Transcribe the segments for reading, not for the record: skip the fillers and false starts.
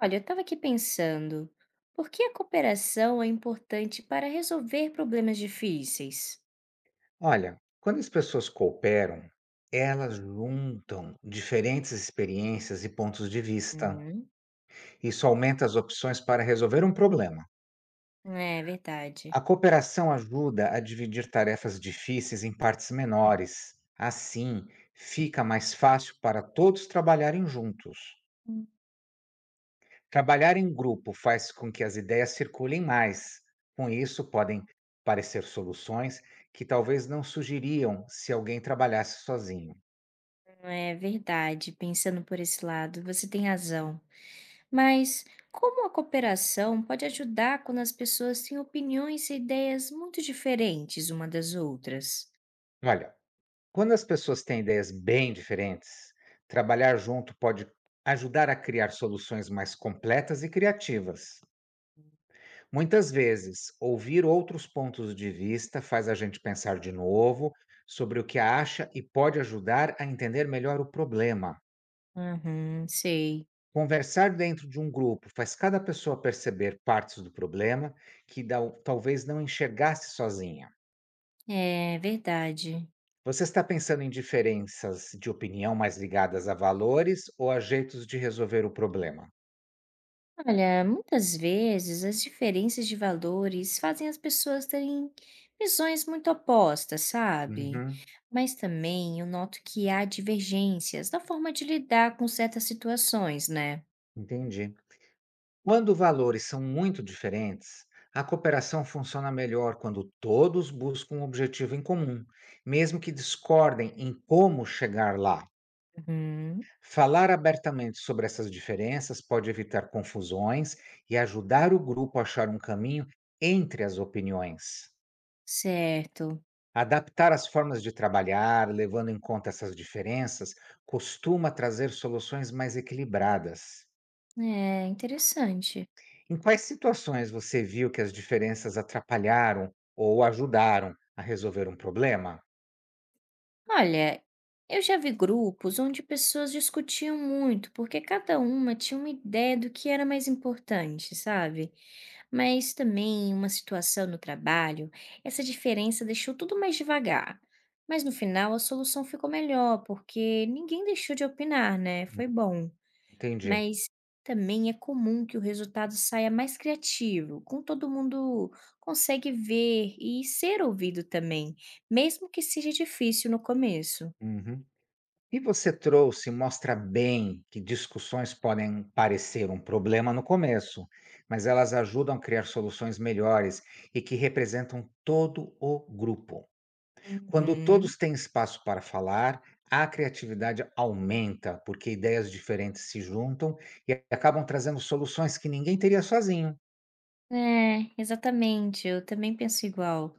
Olha, eu estava aqui pensando, por que a cooperação é importante para resolver problemas difíceis? Olha, quando as pessoas cooperam, elas juntam diferentes experiências e pontos de vista. Hum, Isso aumenta as opções para resolver um problema. é verdade. A cooperação ajuda a dividir tarefas difíceis em partes menores. Assim, fica mais fácil para todos trabalharem juntos. Hum, Trabalhar em grupo faz com que as ideias circulem mais. Com isso, podem parecer soluções que talvez não surgiriam se alguém trabalhasse sozinho. É verdade, pensando por esse lado, você tem razão. Mas como a cooperação pode ajudar quando as pessoas têm opiniões e ideias muito diferentes uma das outras? Olha, quando as pessoas têm ideias bem diferentes, trabalhar junto pode ajudar a criar soluções mais completas e criativas. Muitas vezes, ouvir outros pontos de vista faz a gente pensar de novo sobre o que acha e pode ajudar a entender melhor o problema. Uhum, sei. Conversar dentro de um grupo faz cada pessoa perceber partes do problema que talvez não enxergasse sozinha. É verdade. Você está pensando em diferenças de opinião mais ligadas a valores ou a jeitos de resolver o problema? Olha, muitas vezes as diferenças de valores fazem as pessoas terem visões muito opostas, sabe? Uhum, Mas também eu noto que há divergências na forma de lidar com certas situações, né? entendi. Quando valores são muito diferentes, a cooperação funciona melhor quando todos buscam um objetivo em comum, mesmo que discordem em como chegar lá. Uhum, Falar abertamente sobre essas diferenças pode evitar confusões e ajudar o grupo a achar um caminho entre as opiniões. certo. Adaptar as formas de trabalhar, levando em conta essas diferenças, costuma trazer soluções mais equilibradas. É interessante. Em quais situações você viu que as diferenças atrapalharam ou ajudaram a resolver um problema? Olha, eu já vi grupos onde pessoas discutiam muito porque cada uma tinha uma ideia do que era mais importante, sabe? Mas também em uma situação no trabalho, essa diferença deixou tudo mais devagar. Mas no final a solução ficou melhor, porque ninguém deixou de opinar, né? Hum, Foi bom. entendi. Mas também é comum que o resultado saia mais criativo, com todo mundo consegue ver e ser ouvido também, mesmo que seja difícil no começo. Uhum. E você trouxe, mostra bem que discussões podem parecer um problema no começo, mas elas ajudam a criar soluções melhores e que representam todo o grupo. Quando Uhum. todos têm espaço para falar, a criatividade aumenta, porque ideias diferentes se juntam e acabam trazendo soluções que ninguém teria sozinho. É, exatamente, eu também penso igual.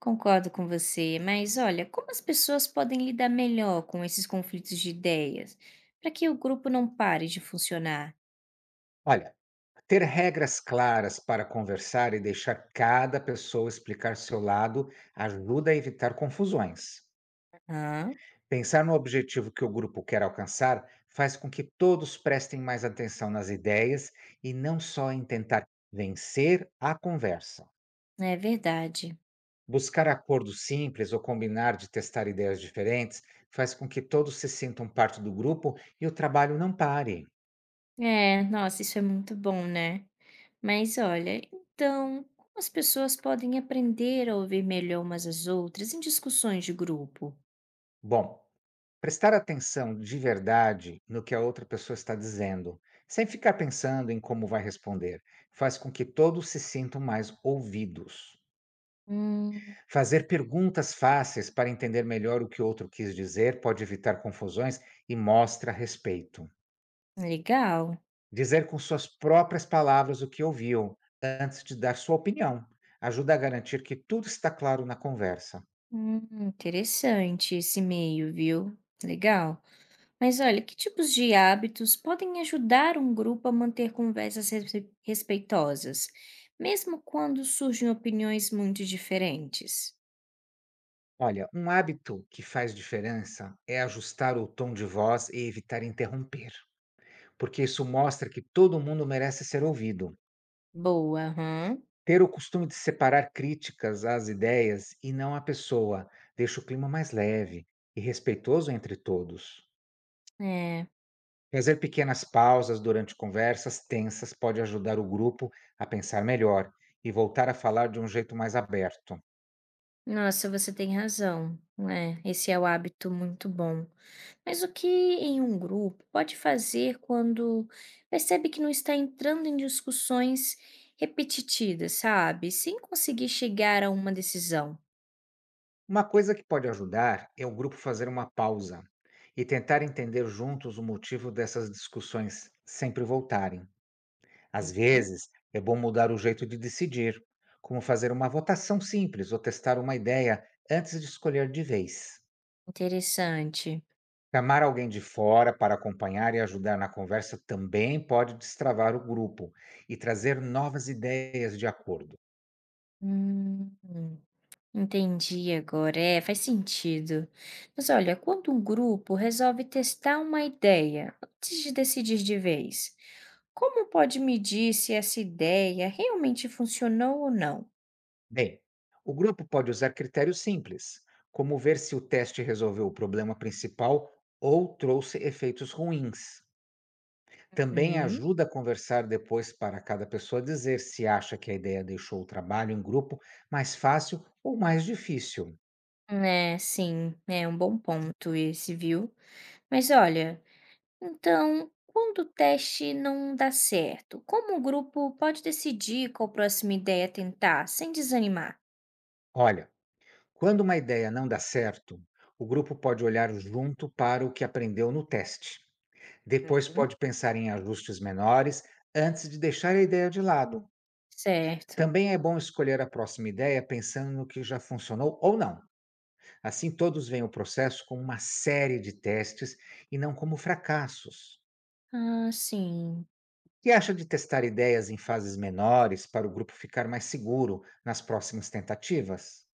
Concordo com você, mas olha, como as pessoas podem lidar melhor com esses conflitos de ideias para que o grupo não pare de funcionar? Olha, ter regras claras para conversar e deixar cada pessoa explicar seu lado ajuda a evitar confusões. Ah, Pensar no objetivo que o grupo quer alcançar faz com que todos prestem mais atenção nas ideias e não só em tentar vencer a conversa. é verdade. Buscar acordos simples ou combinar de testar ideias diferentes faz com que todos se sintam parte do grupo e o trabalho não pare. É, nossa, isso é muito bom, né? Mas olha, então, como as pessoas podem aprender a ouvir melhor umas às outras em discussões de grupo? Bom, prestar atenção de verdade no que a outra pessoa está dizendo, sem ficar pensando em como vai responder, faz com que todos se sintam mais ouvidos. Hum, Fazer perguntas fáceis para entender melhor o que o outro quis dizer pode evitar confusões e mostra respeito. legal. Dizer com suas próprias palavras o que ouviu, antes de dar sua opinião, ajuda a garantir que tudo está claro na conversa. Interessante esse meio, viu? Legal. Mas olha, que tipos de hábitos podem ajudar um grupo a manter conversas respeitosas, mesmo quando surgem opiniões muito diferentes? Olha, um hábito que faz diferença é ajustar o tom de voz e evitar interromper, porque isso mostra que todo mundo merece ser ouvido. Boa, aham. Ter o costume de separar críticas às ideias e não à pessoa deixa o clima mais leve e respeitoso entre todos. É. Fazer pequenas pausas durante conversas tensas pode ajudar o grupo a pensar melhor e voltar a falar de um jeito mais aberto. Nossa, você tem razão. É, esse é o hábito muito bom. Mas o que em um grupo pode fazer quando percebe que não está entrando em discussões repetitivas, sabe? Sem conseguir chegar a uma decisão? Uma coisa que pode ajudar é o grupo fazer uma pausa e tentar entender juntos o motivo dessas discussões sempre voltarem. Às Uhum. vezes, é bom mudar o jeito de decidir, como fazer uma votação simples ou testar uma ideia antes de escolher de vez. Interessante. Chamar alguém de fora para acompanhar e ajudar na conversa também pode destravar o grupo e trazer novas ideias de acordo. Hum, entendi agora. É, faz sentido. Mas olha, quando um grupo resolve testar uma ideia antes de decidir de vez, como pode medir se essa ideia realmente funcionou ou não? Bem, o grupo pode usar critérios simples, como ver se o teste resolveu o problema principal ou trouxe efeitos ruins. Também Hum, ajuda a conversar depois para cada pessoa dizer se acha que a ideia deixou o trabalho em grupo mais fácil ou mais difícil. é, sim, é um bom ponto esse, viu? Mas olha, então, quando o teste não dá certo, como o grupo pode decidir qual próxima ideia tentar sem desanimar? Olha, quando uma ideia não dá certo, o grupo pode olhar junto para o que aprendeu no teste. Depois Hum, pode pensar em ajustes menores antes de deixar a ideia de lado. certo. Também é bom escolher a próxima ideia pensando no que já funcionou ou não. Assim, todos veem o processo como uma série de testes e não como fracassos. Ah, sim. O que acha de testar ideias em fases menores para o grupo ficar mais seguro nas próximas tentativas?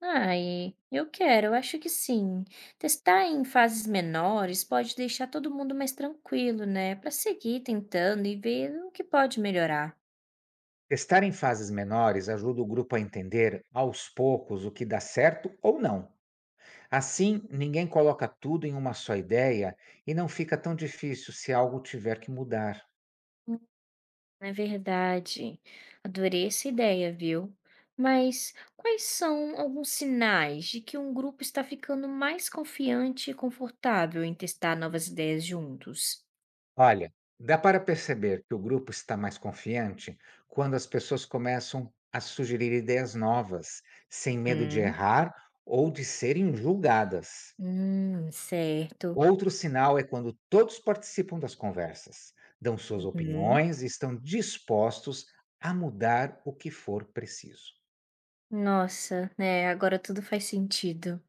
Ai, eu quero, eu acho que sim. Testar em fases menores pode deixar todo mundo mais tranquilo, né? Para seguir tentando e ver o que pode melhorar. Testar em fases menores ajuda o grupo a entender, aos poucos, o que dá certo ou não. Assim, ninguém coloca tudo em uma só ideia e não fica tão difícil se algo tiver que mudar. Hum, É verdade. Adorei essa ideia, viu? Mas quais são alguns sinais de que um grupo está ficando mais confiante e confortável em testar novas ideias juntos? Olha, dá para perceber que o grupo está mais confiante quando as pessoas começam a sugerir ideias novas, sem medo de Hum, errar ou de serem julgadas. Certo. Outro sinal é quando todos participam das conversas, dão suas Uhum. opiniões e estão dispostos a mudar o que for preciso. Nossa, né, agora tudo faz sentido.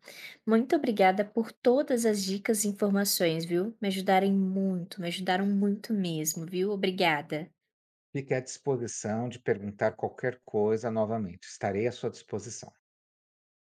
Muito obrigada por todas as dicas e informações, viu? Me ajudaram muito mesmo, viu? Obrigada. Fique à disposição de perguntar qualquer coisa novamente, estarei à sua disposição.